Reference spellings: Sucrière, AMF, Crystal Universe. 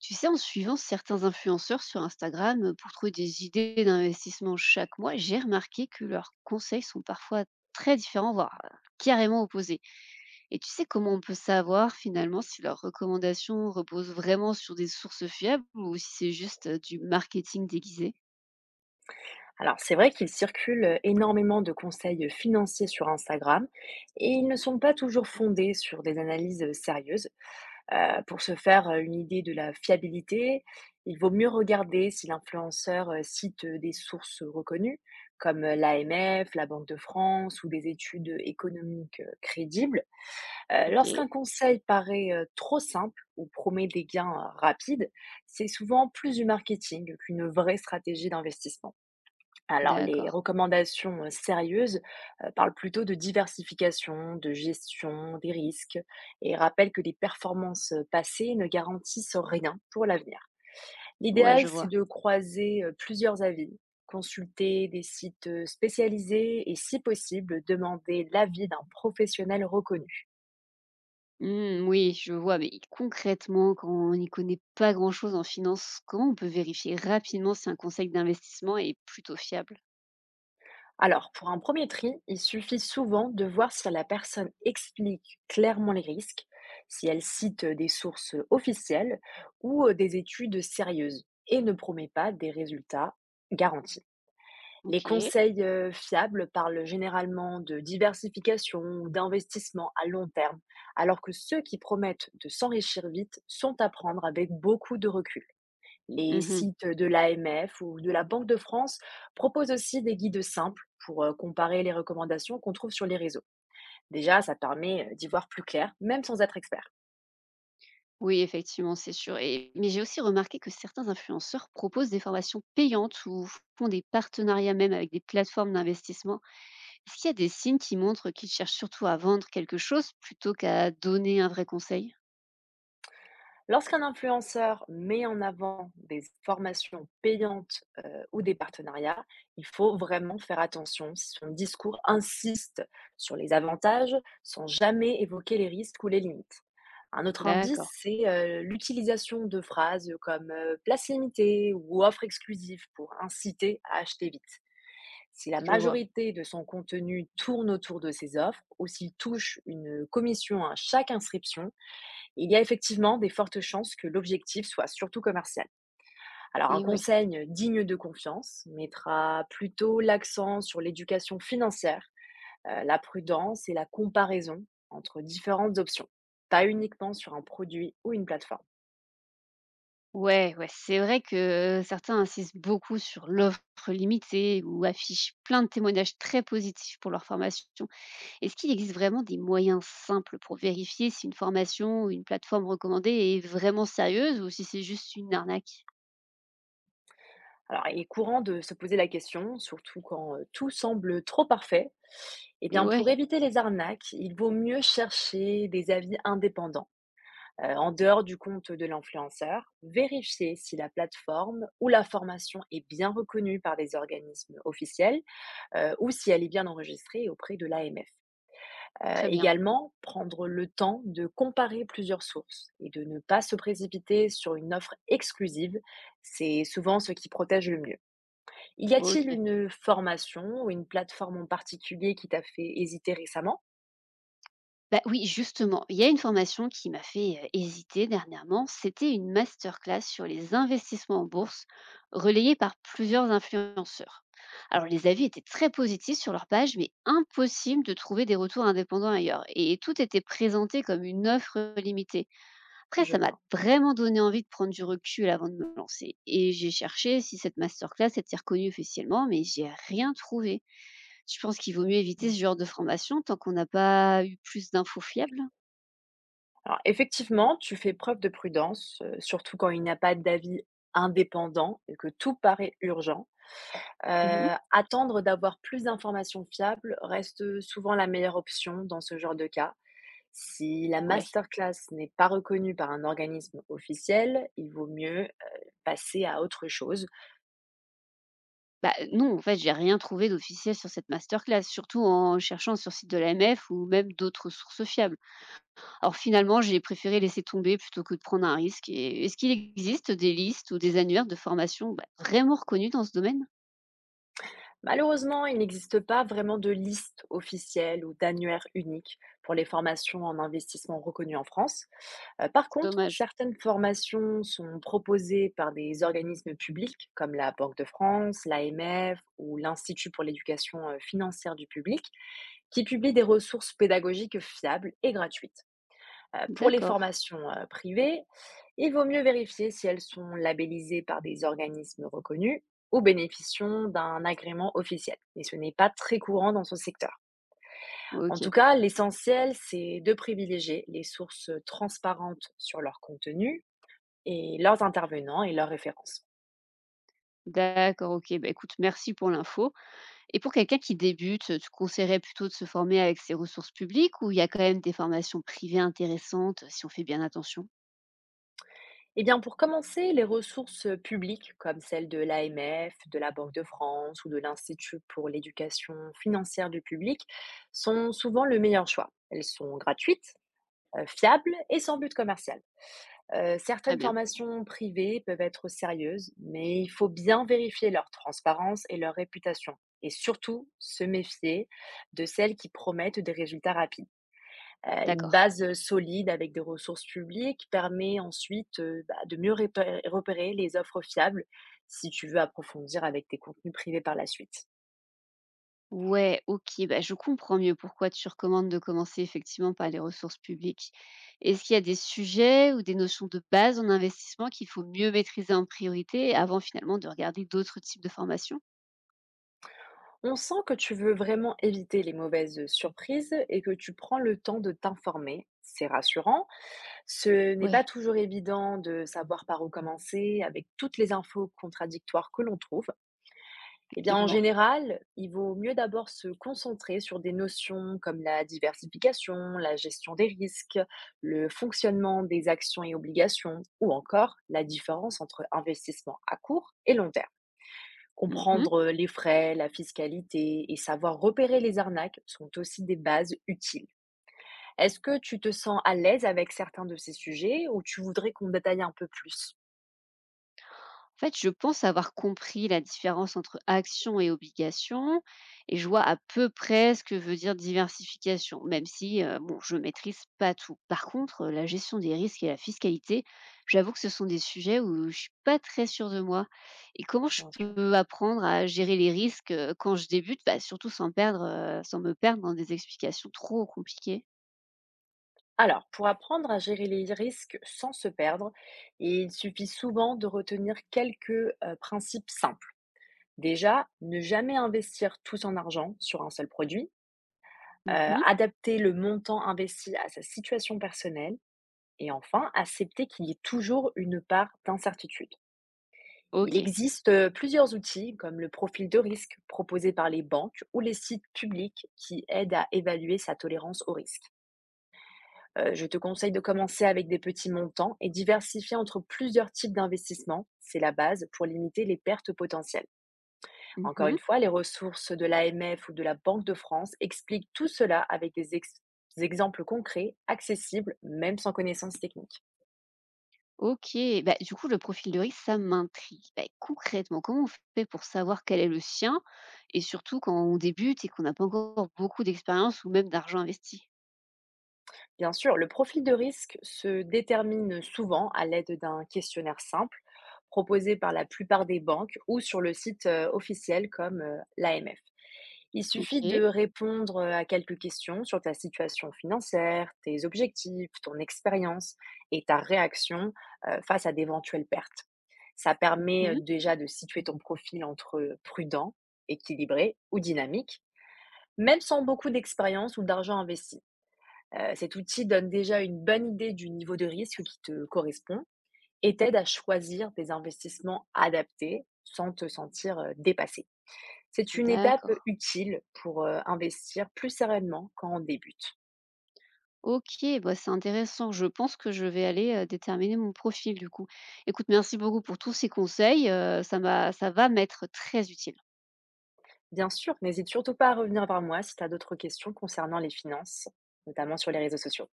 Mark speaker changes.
Speaker 1: Tu sais, en suivant certains influenceurs sur Instagram pour trouver des idées d'investissement chaque mois, j'ai remarqué que leurs conseils sont parfois très différents, voire carrément opposés. Et tu sais comment on peut savoir finalement si leurs recommandations reposent vraiment sur des sources fiables ou si c'est juste du marketing déguisé.
Speaker 2: Alors, c'est vrai qu'il circule énormément de conseils financiers sur Instagram et ils ne sont pas toujours fondés sur des analyses sérieuses. Pour se faire une idée de la fiabilité, il vaut mieux regarder si l'influenceur cite des sources reconnues comme l'AMF, la Banque de France ou des études économiques crédibles.
Speaker 1: Ok.
Speaker 2: Lorsqu'un conseil paraît trop simple ou promet des gains rapides, c'est souvent plus du marketing qu'une vraie stratégie d'investissement. Alors, les
Speaker 1: D'accord.
Speaker 2: recommandations sérieuses parlent plutôt de diversification, de gestion des risques et rappellent que les performances passées ne garantissent rien pour l'avenir.
Speaker 1: Ouais,
Speaker 2: L'idéal,
Speaker 1: je
Speaker 2: c'est
Speaker 1: vois.
Speaker 2: de croiser plusieurs avis, consulter des sites spécialisés et, si possible, demander l'avis d'un professionnel reconnu.
Speaker 1: Hmm, oui, je vois, mais concrètement, quand on n'y connaît pas grand-chose en finance, comment on peut vérifier rapidement si un conseil d'investissement est plutôt fiable.
Speaker 2: Alors, pour un premier tri, il suffit souvent de voir si la personne explique clairement les risques, si elle cite des sources officielles ou des études sérieuses et ne promet pas des résultats garantis. Les
Speaker 1: Ok.
Speaker 2: conseils fiables parlent généralement de diversification ou d'investissement à long terme, alors que ceux qui promettent de s'enrichir vite sont à prendre avec beaucoup de recul. Les
Speaker 1: Mhm.
Speaker 2: sites de l'AMF ou de la Banque de France proposent aussi des guides simples pour comparer les recommandations qu'on trouve sur les réseaux. Déjà, ça permet d'y voir plus clair, même sans être expert.
Speaker 1: Oui, effectivement, c'est sûr. Et mais j'ai aussi remarqué que certains influenceurs proposent des formations payantes ou font des partenariats même avec des plateformes d'investissement. Est-ce qu'il y a des signes qui montrent qu'ils cherchent surtout à vendre quelque chose plutôt qu'à donner un vrai conseil?
Speaker 2: Lorsqu'un influenceur met en avant des formations payantes ou des partenariats, il faut vraiment faire attention si son discours insiste sur les avantages sans jamais évoquer les risques ou les limites. Un autre indice,
Speaker 1: D'accord,
Speaker 2: c'est l'utilisation de phrases comme place limitée ou offre exclusive pour inciter à acheter vite. Si la
Speaker 1: je vois.
Speaker 2: majorité de son contenu tourne autour de ces offres ou s'il touche une commission à chaque inscription, il y a effectivement des fortes chances que l'objectif soit surtout commercial. Alors un
Speaker 1: Et ouais.
Speaker 2: conseil digne de confiance mettra plutôt l'accent sur l'éducation financière, la prudence et la comparaison entre différentes options, pas uniquement sur un produit ou une plateforme.
Speaker 1: Ouais, ouais, c'est vrai que certains insistent beaucoup sur l'offre limitée ou affichent plein de témoignages très positifs pour leur formation. Est-ce qu'il existe vraiment des moyens simples pour vérifier si une formation ou une plateforme recommandée est vraiment sérieuse ou si c'est juste une arnaque?
Speaker 2: Alors, il est courant de se poser la question, surtout quand tout semble trop parfait. Eh
Speaker 1: Et
Speaker 2: bien,
Speaker 1: ouais,
Speaker 2: pour éviter les arnaques, il vaut mieux chercher des avis indépendants. En dehors du compte de l'influenceur, vérifier si la plateforme ou la formation est bien reconnue par des organismes officiels ou si elle est bien enregistrée auprès de l'AMF.
Speaker 1: très bien.
Speaker 2: Également, prendre le temps de comparer plusieurs sources et de ne pas se précipiter sur une offre exclusive, c'est souvent ce qui protège le mieux. Y a-t-il
Speaker 1: Ok.
Speaker 2: une formation ou une plateforme en particulier qui t'a fait hésiter récemment?
Speaker 1: Bah oui, justement, il y a une formation qui m'a fait hésiter dernièrement. C'était une masterclass sur les investissements en bourse, relayée par plusieurs influenceurs. Alors les avis étaient très positifs sur leur page, mais impossible de trouver des retours indépendants ailleurs. Et tout était présenté comme une offre limitée. Après,
Speaker 2: Je
Speaker 1: ça m'a
Speaker 2: vois.
Speaker 1: vraiment donné envie de prendre du recul avant de me lancer. Et j'ai cherché si cette masterclass était reconnue officiellement, mais j'ai rien trouvé. Je pense qu'il vaut mieux éviter
Speaker 2: Mmh.
Speaker 1: ce genre de formation tant qu'on n'a pas eu plus d'infos fiables.
Speaker 2: Alors effectivement, tu fais preuve de prudence, surtout quand il n'y a pas d'avis indépendant et que tout paraît urgent.
Speaker 1: Mhm.
Speaker 2: Attendre d'avoir plus d'informations fiables reste, souvent la meilleure option dans ce genre de cas. Si la
Speaker 1: Ouais.
Speaker 2: masterclass n'est pas reconnue par un organisme officiel, il vaut mieux passer à autre chose.
Speaker 1: Bah non, en fait, j'ai rien trouvé d'officiel sur cette masterclass, surtout en cherchant sur le site de la l'AMF ou même d'autres sources fiables. Alors finalement, j'ai préféré laisser tomber plutôt que de prendre un risque. Et est-ce qu'il existe des listes ou des annuaires de formation, bah, vraiment reconnues dans ce domaine?
Speaker 2: Malheureusement, il n'existe pas vraiment de liste officielle ou d'annuaire unique pour les formations en investissement reconnues en France. Par contre,
Speaker 1: Dommage.
Speaker 2: certaines formations sont proposées par des organismes publics comme la Banque de France, l'AMF ou l'Institut pour l'éducation financière du public, qui publient des ressources pédagogiques fiables et gratuites. Pour les
Speaker 1: D'accord.
Speaker 2: formations privées, il vaut mieux vérifier si elles sont labellisées par des organismes reconnus ou bénéficiant d'un agrément officiel. Et ce n'est pas très courant dans ce secteur. En
Speaker 1: Ok.
Speaker 2: tout cas, l'essentiel, c'est de privilégier les sources transparentes sur leur contenu et leurs intervenants et leurs références.
Speaker 1: D'accord, OK. Bah, écoute, merci pour l'info. Et pour quelqu'un qui débute, tu conseillerais plutôt de se former avec ses ressources publiques ou il y a quand même des formations privées intéressantes, si on fait bien attention?
Speaker 2: Eh bien, pour commencer, les ressources publiques comme celles de l'AMF, de la Banque de France ou de l'Institut pour l'éducation financière du public sont souvent le meilleur choix. Elles sont gratuites, fiables et sans but commercial.
Speaker 1: Très
Speaker 2: Certaines
Speaker 1: bien,
Speaker 2: formations privées peuvent être sérieuses, mais il faut bien vérifier leur transparence et leur réputation. Et surtout, se méfier de celles qui promettent des résultats rapides. Une
Speaker 1: d'accord.
Speaker 2: base, solide avec des ressources publiques permet ensuite, bah, de mieux répé repérer les offres fiables si tu veux approfondir avec tes contenus privés par la suite.
Speaker 1: Ouais, OK, bah, je comprends mieux pourquoi tu recommandes de commencer effectivement par les ressources publiques. Est-ce qu'il y a des sujets ou des notions de base en investissement qu'il faut mieux maîtriser en priorité avant finalement de regarder d'autres types de formations?
Speaker 2: On sent que tu veux vraiment éviter les mauvaises, surprises et que tu prends le temps de t'informer, c'est rassurant. Ce n'est
Speaker 1: Ouais,
Speaker 2: pas toujours évident de savoir par où commencer avec toutes les infos contradictoires que l'on trouve. Eh bien, en
Speaker 1: effectivement.
Speaker 2: général, il vaut mieux d'abord se concentrer sur des notions comme la diversification, la gestion des risques, le fonctionnement des actions et obligations, ou encore la différence entre investissement à court et long terme.
Speaker 1: Mmh.
Speaker 2: Comprendre les frais, la fiscalité et savoir repérer les arnaques sont aussi des bases utiles. Est-ce que tu te sens à l'aise avec certains de ces sujets ou tu voudrais qu'on détaille un peu plus?
Speaker 1: En fait, je pense avoir compris la différence entre action et obligation et je vois à peu près ce que veut dire diversification, même si bon, je maîtrise pas tout. Par contre, la gestion des risques et la fiscalité, j'avoue que ce sont des sujets où je suis pas très sûre de moi. Et comment je
Speaker 2: Bien sûr.
Speaker 1: peux apprendre à gérer les risques quand je débute, bah, surtout sans me perdre dans des explications trop compliquées.
Speaker 2: Alors, pour apprendre à gérer les risques sans se perdre, il suffit souvent de retenir quelques principes simples. Déjà, ne jamais investir tout son argent sur un seul produit,
Speaker 1: Mhm.
Speaker 2: adapter le montant investi à sa situation personnelle et enfin, accepter qu'il y ait toujours une part d'incertitude. Il
Speaker 1: Ok.
Speaker 2: existe plusieurs outils comme le profil de risque proposé par les banques ou les sites publics qui aident à évaluer sa tolérance au risque. Je te conseille de commencer avec des petits montants et diversifier entre plusieurs types d'investissements. C'est la base pour limiter les pertes potentielles. Encore
Speaker 1: Mhm.
Speaker 2: une fois, les ressources de l'AMF ou de la Banque de France expliquent tout cela avec des des exemples concrets, accessibles, même sans connaissance technique.
Speaker 1: OK, bah, du coup, le profil de risque, ça m'intrigue. Bah, concrètement, comment on fait pour savoir quel est le sien et surtout quand on débute et qu'on n'a pas encore beaucoup d'expérience ou même d'argent investi?
Speaker 2: Bien sûr, le profil de risque se détermine souvent à l'aide d'un questionnaire simple proposé par la plupart des banques ou sur le site officiel comme l'AMF. Il suffit de
Speaker 1: OK.
Speaker 2: répondre à quelques questions sur ta situation financière, tes objectifs, ton expérience et ta réaction face à d'éventuelles pertes. Ça permet
Speaker 1: Mhm.
Speaker 2: déjà de situer ton profil entre prudent, équilibré ou dynamique, même sans beaucoup d'expérience ou d'argent investi. Cet outil donne déjà une bonne idée du niveau de risque qui te correspond et t'aide à choisir des investissements adaptés sans te sentir dépassé. C'est une étape
Speaker 1: D'accord.
Speaker 2: utile pour investir plus sereinement quand on débute.
Speaker 1: Ok, bah c'est intéressant. Je pense que je vais aller déterminer mon profil du coup. Écoute, merci beaucoup pour tous ces conseils. Ça va m'être très utile.
Speaker 2: Bien sûr, n'hésite surtout pas à revenir vers moi si tu as d'autres questions concernant les finances, notamment sur les réseaux sociaux.